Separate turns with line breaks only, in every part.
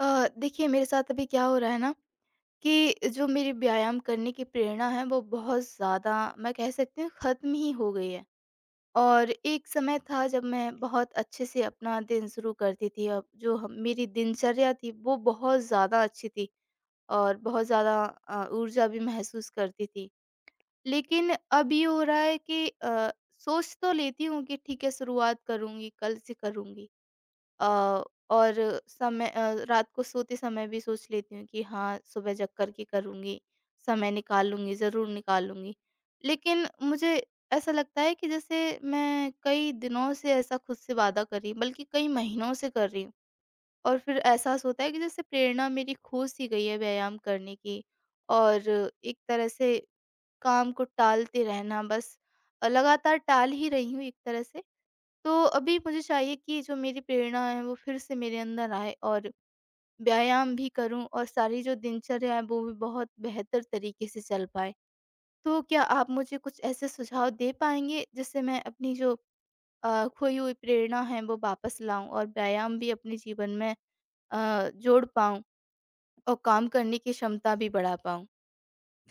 देखिए मेरे साथ अभी क्या हो रहा है ना कि जो मेरी व्यायाम करने की प्रेरणा है वो बहुत ज़्यादा मैं कह सकती हूँ ख़त्म ही हो गई है। और एक समय था जब मैं बहुत अच्छे से अपना दिन शुरू करती थी और जो ह मेरी दिनचर्या थी वो बहुत ज़्यादा अच्छी थी और बहुत ज़्यादा ऊर्जा भी महसूस करती थी। लेकिन अब ये हो रहा है कि सोच तो लेती हूँ कि ठीक है शुरुआत करूँगी, कल से करूँगी। अ, और समय रात को सोते समय भी सोच लेती हूँ कि हाँ, सुबह जग कर के करूँगी, समय निकाल लूँगी, ज़रूर निकाल लूँगी। लेकिन मुझे ऐसा लगता है कि जैसे मैं कई दिनों से ऐसा खुद से वादा कर रही, बल्कि कई महीनों से कर रही हूँ और फिर एहसास होता है कि जैसे प्रेरणा मेरी खो-सी गई है व्यायाम करने की और एक तरह से काम को टालते रहना बस लगातार टाल ही रही हूँ एक तरह से। तो अभी मुझे चाहिए कि जो मेरी प्रेरणा है वो फिर से मेरे अंदर आए और व्यायाम भी करूं और सारी जो दिनचर्या है वो भी बहुत बेहतर तरीके से चल पाए। तो क्या आप मुझे कुछ ऐसे सुझाव दे पाएंगे जिससे मैं अपनी जो खोई हुई प्रेरणा है वो वापस लाऊं और व्यायाम भी अपने जीवन में जोड़ पाऊं और काम करने की क्षमता भी बढ़ा पाऊं।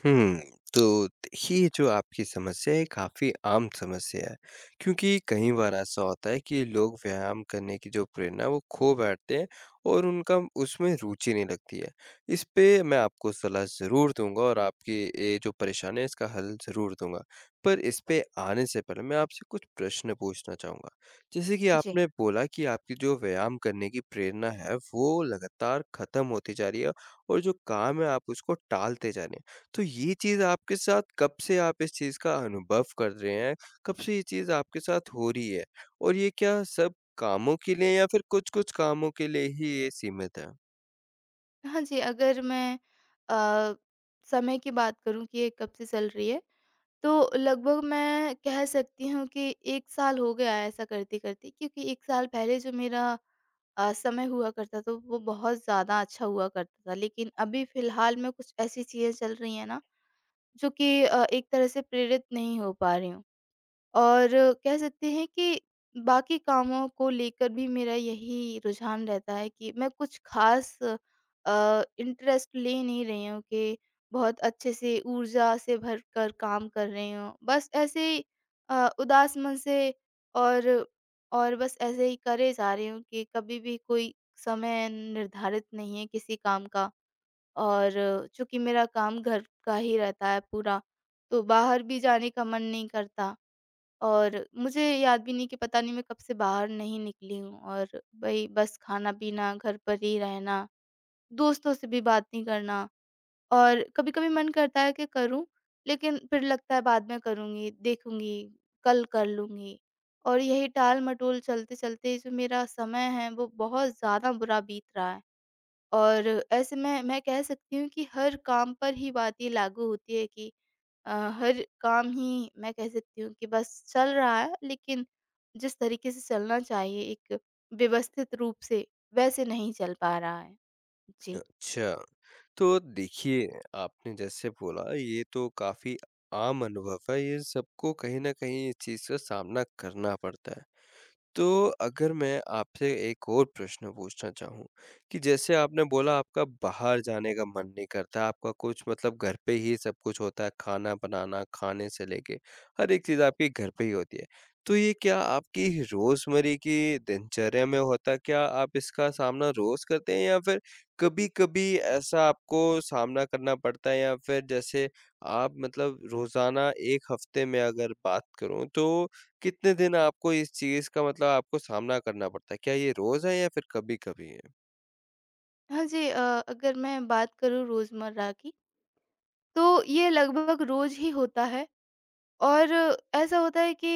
हुँ, तो देखिए जो आपकी समस्या है, ये काफ़ी आम समस्या है, क्योंकि कई बार ऐसा होता है कि लोग व्यायाम करने की जो प्रेरणा है, वो खो बैठते हैं और उनका उसमें रुचि नहीं लगती है। इस पे मैं आपको सलाह ज़रूर दूँगा और आपकी ये जो परेशानी है, इसका हल ज़रूर दूँगा। पर इस पे आने से पहले मैं आपसे कुछ प्रश्न पूछना चाहूँगा। जैसे कि
जी।
आपने बोला कि आपकी जो व्यायाम करने की प्रेरणा है, वो लगातार खत्म होती जा रही है और जो काम है, आप उसको टालते जा रहे हैं। तो ये चीज़ आपके साथ कब से आप इस चीज़ का अनुभव कर रहे हैं? कब से ये चीज़ आपके साथ हो रही है? और ये क्या सब कामों के लिए या फिर कुछ-कुछ कामों के लिए ही ये सीमित है?
हाँ जी, अगर मैं अ, समय की बात करूं कि ये कब से चल रही है तो लगभग मैं कह सकती हूँ कि 1 साल हो गया है ऐसा करते-करते क्योंकि 1 साल पहले जो मेरा समय हुआ करता था वो बहुत ज़्यादा अच्छा हुआ करता था। लेकिन अभी फ़िलहाल में कुछ ऐसी चीज़ें चल रही हैं ना जो कि एक तरह से प्रेरित नहीं हो पा रही हूँ। और कह सकते हैं कि बाकी कामों को लेकर भी मेरा यही रुझान रहता है कि मैं कुछ खास इंटरेस्ट ले नहीं रही हूँ कि बहुत अच्छे से ऊर्जा से भरकर काम कर रही हूँ। बस ऐसे ही उदास मन से और और बस ऐसे ही करे जा रही हूँ कि कभी भी कोई समय निर्धारित नहीं है किसी काम का। और चूँकि मेरा काम घर का ही रहता है पूरा, तो बाहर भी जाने का मन नहीं करता। और मुझे याद भी नहीं कि पता नहीं मैं कब से बाहर नहीं निकली हूँ और वही बस खाना-पीना, घर पर ही रहना, दोस्तों से भी बात नहीं करना, और कभी-कभी मन करता है कि करूँ, लेकिन फिर लगता है बाद में करूँगी, देखूँगी, कल कर लूँगी। और यही टाल-मटोल चलते-चलते जो मेरा समय है वो बहुत ज़्यादा बुरा बीत रहा है। और ऐसे में मैं कह सकती हूँ कि हर काम पर ही बात ये लागू होती है कि हर काम ही मैं कह सकती हूँ कि बस चल रहा है, लेकिन जिस तरीके से चलना चाहिए, एक व्यवस्थित रूप से, वैसे नहीं चल पा रहा है। जी।
अच्छा, तो देखिए आपने जैसे बोला ये तो काफ़ी आम अनुभव है, ये सबको कहीं न कहीं इस चीज़ का सामना करना पड़ता है। तो अगर मैं आपसे एक और प्रश्न पूछना चाहूँ कि जैसे आपने बोला आपका बाहर जाने का मन नहीं करता, आपका कुछ मतलब घर पे ही सब कुछ होता है, खाना बनाना, खाने से लेके हर एक चीज़ आपकी घर पे ही होती है। तो ये क्या आपकी रोज़मर्रा की दिनचर्या में होता है? क्या आप इसका सामना रोज़ करते हैं या फिर कभी-कभी ऐसा आपको सामना करना पड़ता है या फिर जैसे आप मतलब रोज़ाना 1 हफ़्ते में अगर बात करूँ तो कितने दिन आपको इस चीज़ का मतलब आपको सामना करना पड़ता है? क्या ये रोज़ है या फिर कभी-कभी है?
हाँ जी, अगर मैं बात करूँ रोज़मर्रा की, तो ये लगभग रोज़ ही होता है। और ऐसा होता है कि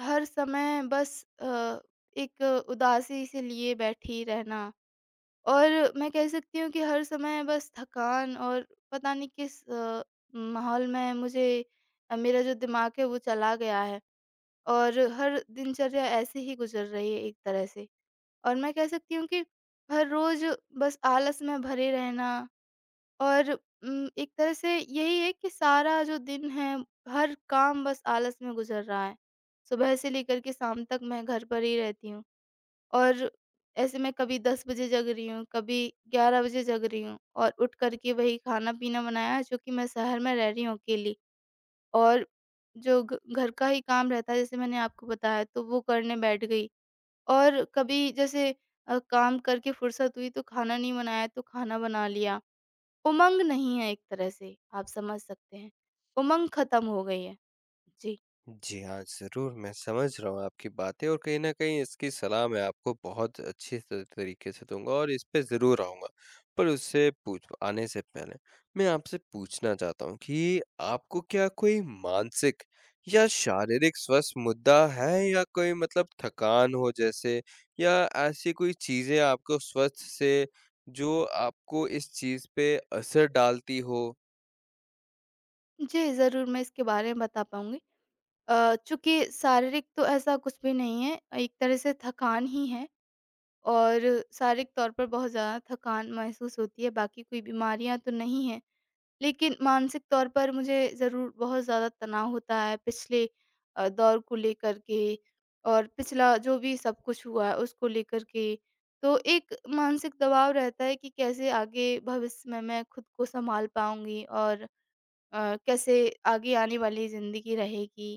हर समय बस एक उदासी से लिए बैठी रहना। और मैं कह सकती हूँ कि हर समय बस थकान, और पता नहीं किस माहौल में मुझे, मेरा जो दिमाग है वो चला गया है और हर दिनचर्या ऐसे ही गुजर रही है एक तरह से। और मैं कह सकती हूँ कि हर रोज बस आलस में भरे रहना, और एक तरह से यही है कि सारा जो दिन है हर काम बस आलस में गुजर रहा है। सुबह से लेकर के शाम तक मैं घर पर ही रहती हूँ और ऐसे मैं कभी 10 बजे जग रही हूँ, कभी 11 बजे जग रही हूँ और उठ कर के वही खाना-पीना बनाया। जो कि मैं शहर में रह रही हूँ अकेली, और जो घ घर का ही काम रहता है जैसे मैंने आपको बताया, तो वो करने बैठ गई। और कभी जैसे काम करके फुर्सत हुई तो खाना नहीं बनाया तो खाना बना लिया। उमंग नहीं है एक तरह से, आप समझ सकते हैं। उमंग खत्म हो गई है। जी।
जी हाँ, ज़रूर मैं समझ रहा हूँ आपकी बातें और कहीं न कहीं इसकी सलाह मैं आपको बहुत अच्छे त तरीके से दूँगा और इस पे ज़रूर आऊँगा। पर उससे पूछ आने से पहले मैं आपसे पूछना चाहता हूँ कि आपको क्या कोई मानसिक या शारीरिक स्वास्थ्य मुद्दा है या कोई मतलब थकान हो जैसे, या ऐसी कोई चीज़ें आपको स्वास्थ्य से जो आपको इस चीज़ पे असर डालती हो?
जी, ज़रूर मैं इसके बारे में बता पाऊँगी। चूँकि शारीरिक तो ऐसा कुछ भी नहीं है, एक तरह से थकान ही है। और शारीरिक तौर पर बहुत ज़्यादा थकान महसूस होती है, बाकी कोई बीमारियाँ तो नहीं हैं। लेकिन मानसिक तौर पर मुझे ज़रूर बहुत ज़्यादा तनाव होता है पिछले दौर को लेकर के, और पिछला जो भी सब कुछ हुआ है, उसको लेकर के। तो एक मानसिक दबाव रहता है कि कैसे आगे भविष्य में मैं खुद को सँभाल पाऊँगी और कैसे आगे आने वाली ज़िंदगी रहेगी।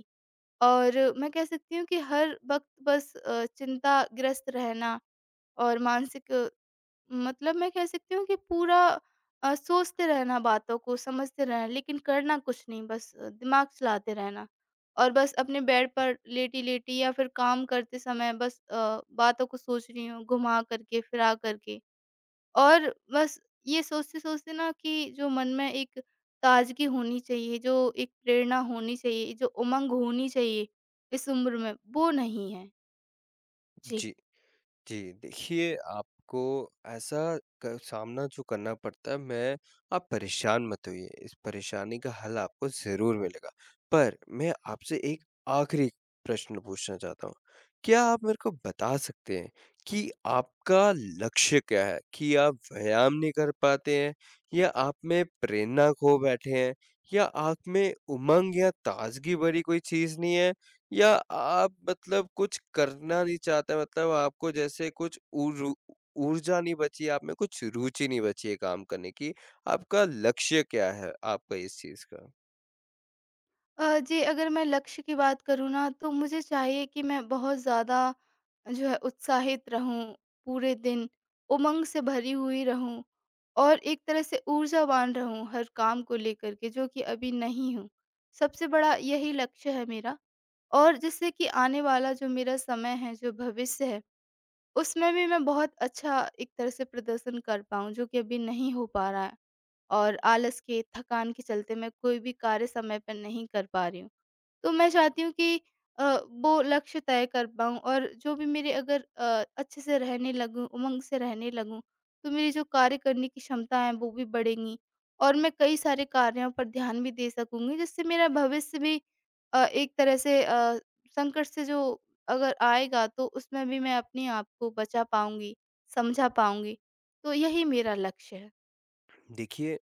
और मैं कह सकती हूँ कि हर वक़्त बस चिंताग्रस्त रहना और मानसिक, मतलब मैं कह सकती हूँ कि पूरा सोचते रहना बातों को, समझते रहना, लेकिन करना कुछ नहीं, बस दिमाग चलाते रहना। और बस अपने बेड पर लेटी-लेटी या फिर काम करते समय बस बातों को सोच रही हूँ, घुमा करके, फिरा करके। और बस ये सोचते-सोचते ना कि जो मन में एक ताज़गी होनी चाहिए, जो एक प्रेरणा होनी चाहिए, जो उमंग होनी चाहिए इस उम्र में, वो नहीं है। जी।
जी। जी, देखिए आपको ऐसा क सामना जो करना पड़ता है। मैं आप परेशान मत होइए, इस परेशानी का हल आपको ज़रूर मिलेगा। पर मैं आपसे एक आखिरी प्रश्न पूछना चाहता हूँ। क्या आप मेरे को बता सकते हैं कि आपका लक्ष्य क्या है? कि आप व्यायाम नहीं कर पाते हैं, या आप में प्रेरणा खो बैठे हैं, या आप में उमंग या ताज़गी भरी कोई चीज़ नहीं है? या आप मतलब कुछ करना नहीं चाहते, मतलब आपको जैसे कुछ ऊर ऊर्जा नहीं बची, आप में कुछ रुचि नहीं बची है काम करने की, आपका लक्ष्य क्या है आपका इस चीज़ का?
जी, अगर मैं लक्ष्य की बात करूँ ना, तो मुझे चाहिए कि मैं बहुत ज़्यादा जो है उत्साहित रहूँ, पूरे दिन उमंग से भरी हुई रहूँ और एक तरह से ऊर्जावान रहूँ हर काम को लेकर के, जो कि अभी नहीं हूँ। सबसे बड़ा यही लक्ष्य है मेरा, और जिससे कि आने वाला जो मेरा समय है, जो भविष्य है, उसमें भी मैं बहुत अच्छा एक तरह से प्रदर्शन कर पाऊँ, जो कि अभी नहीं हो पा रहा है। और आलस के, थकान के चलते मैं कोई भी कार्य समय पर नहीं कर पा रही हूँ। तो मैं चाहती हूँ कि अ, वो लक्ष्य तय कर पाऊँ। और जो भी मेरे अगर अच्छे से रहने लगूँ, उमंग से रहने लगूँ, तो मेरी जो कार्य करने की क्षमता है वो भी बढ़ेंगी, और मैं कई सारे कार्यों पर ध्यान भी दे सकूँगी जिससे मेरा भविष्य भी एक तरह से संकट से जो अगर आएगा तो उसमें भी मैं अपने आप को बचा पाऊँगी, समझा पाऊँगी। तो यही मेरा लक्ष्य है।
देखिए,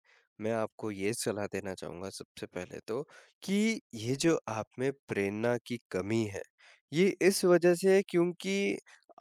मैं आपको ये सलाह देना चाहूँगा सबसे पहले तो कि ये जो आप में प्रेरणा की कमी है, ये इस वजह से है क्योंकि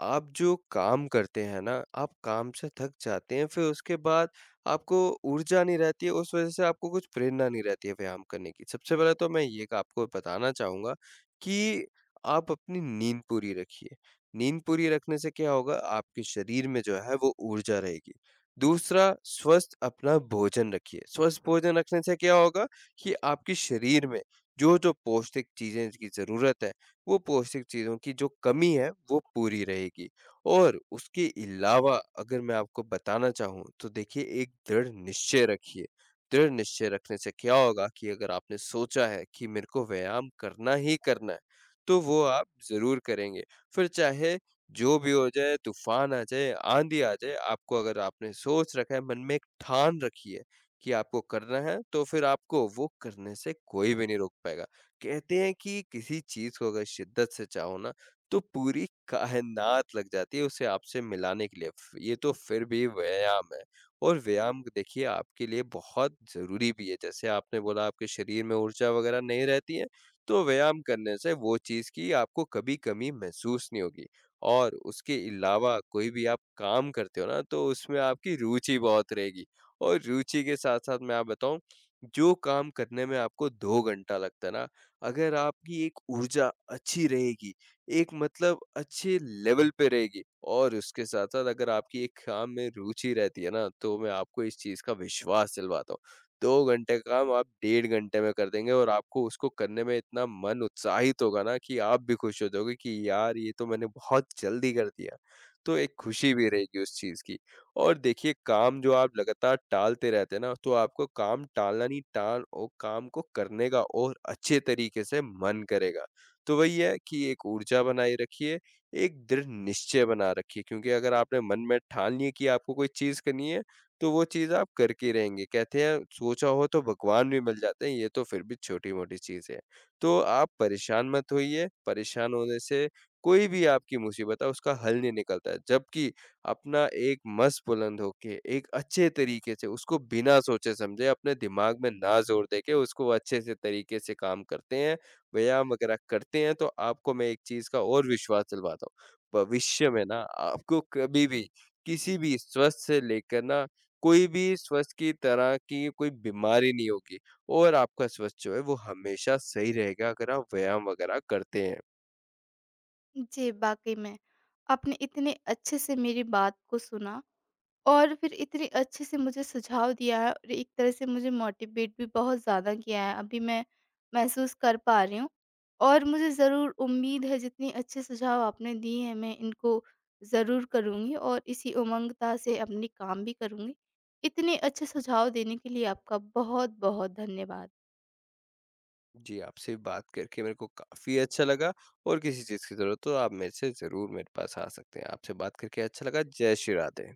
आप जो काम करते हैं ना, आप काम से थक जाते हैं, फिर उसके बाद आपको ऊर्जा नहीं रहती है, उस वजह से आपको कुछ प्रेरणा नहीं रहती है व्यायाम करने की। सबसे पहले तो मैं ये आपको बताना चाहूँगा कि आप अपनी नींद पूरी रखिए। नींद पूरी रखने से क्या होगा, आपके शरीर में जो है वो ऊर्जा रहेगी। दूसरा, स्वस्थ अपना भोजन रखिए। स्वस्थ भोजन रखने से क्या होगा कि आपके शरीर में जो-जो पौष्टिक चीज़ें की ज़रूरत है, वो पौष्टिक चीज़ों की जो कमी है, वो पूरी रहेगी। और उसके अलावा अगर मैं आपको बताना चाहूँ, तो देखिए, एक दृढ़ निश्चय रखिए। दृढ़ निश्चय रखने से क्या होगा कि अगर आपने सोचा है कि मेरे को व्यायाम करना ही करना है, तो वो आप ज़रूर करेंगे। फिर चाहे जो भी हो जाए, तूफ़ान आ जाए, आँधी आ जाए, आपको अगर आपने सोच रखा है, मन में एक ठान रखी है कि आपको करना है, तो फिर आपको वो करने से कोई भी नहीं रोक पाएगा। कहते हैं कि किसी चीज़ को अगर शिद्दत से चाहो ना, तो पूरी कायनात लग जाती है उसे आपसे मिलाने के लिए। फ ये तो फिर भी व्यायाम है, और व्यायाम देखिए आपके लिए बहुत ज़रूरी भी है। जैसे आपने बोला आपके शरीर में ऊर्जा वग़ैरह नहीं रहती है, तो व्यायाम करने से वो चीज़ की आपको कभी कमी महसूस नहीं होगी। और उसके अलावा कोई भी आप काम करते हो ना, तो उसमें आपकी रुचि बहुत रहेगी और रुचि के साथ-साथ मैं आपको बताऊँ, जो काम करने में आपको 2 घंटा लगता है ना, अगर आपकी एक ऊर्जा अच्छी रहेगी, एक मतलब अच्छे लेवल पे रहेगी, और उसके साथ-साथ अगर आपकी एक काम में रुचि रहती है ना, तो मैं आपको इस चीज़ का विश्वास दिलवाता हूँ। 2 घंटे का काम आप 1.5 घंटे में कर देंगे और आपको उसको करने में इतना मन उत्साहित होगा ना कि आप भी खुश हो जाओगे कि यार ये तो मैंने बहुत जल्दी कर दिया। तो एक खुशी भी रहेगी उस चीज़ की। और देखिए काम जो आप लगातार टालते रहते हैं ना, तो आपको काम टालना नहीं, टाल ओ काम को करने का और अच्छे तरीके से मन करेगा। तो वही है कि एक ऊर्जा बनाए रखिए, एक दृढ़ निश्चय बना रखिए, क्योंकि अगर आपने मन में ठान लिया कि आपको कोई चीज़ करनी है, तो वो चीज़ आप करके ही रहेंगे। कहते हैं सोचा हो तो भगवान भी मिल जाते हैं, ये तो फिर भी छोटी-मोटी चीज़ है। तो आप परेशान मत होइए, परेशान होने से कोई भी आपकी मुसीबत है उसका हल नहीं निकलता है। जबकि अपना एक मस्त बुलंद होके, एक अच्छे तरीके से उसको बिना सोचे-समझे, अपने दिमाग में ना ज़ोर देके उसको अच्छे से तरीके से काम करते हैं, व्यायाम वगैरह करते हैं, तो आपको मैं एक चीज़ का और विश्वास दिलवाता हूँ। भविष्य में ना आपको कभी भी, किसी भी स्वस्थ से लेकर ना, कोई भी स्वस्थ की तरह की कोई बीमारी नहीं होगी और आपका स्वास्थ्य जो है वो हमेशा सही रहेगा अगर आप व्यायाम वगैरह करते हैं।
जी, वाक़ई में आपने इतने अच्छे से मेरी बात को सुना और फिर इतने अच्छे से मुझे सुझाव दिया है और एक तरह से मुझे मोटिवेट भी बहुत ज़्यादा किया है। अभी मैं महसूस कर पा रही हूँ, और मुझे ज़रूर उम्मीद है जितने अच्छे सुझाव आपने दिए हैं मैं इनको ज़रूर करूँगी और इसी उमंगता से अपने काम भी करूँगी। इतने अच्छे सुझाव देने के लिए आपका बहुत-बहुत धन्यवाद।
जी, आपसे बात करके मेरे को काफ़ी अच्छा लगा और किसी चीज़ की ज़रूरत हो तो आप मेरे से ज़रूर मेरे पास आ सकते हैं। आपसे बात करके अच्छा लगा। जय श्री राधे।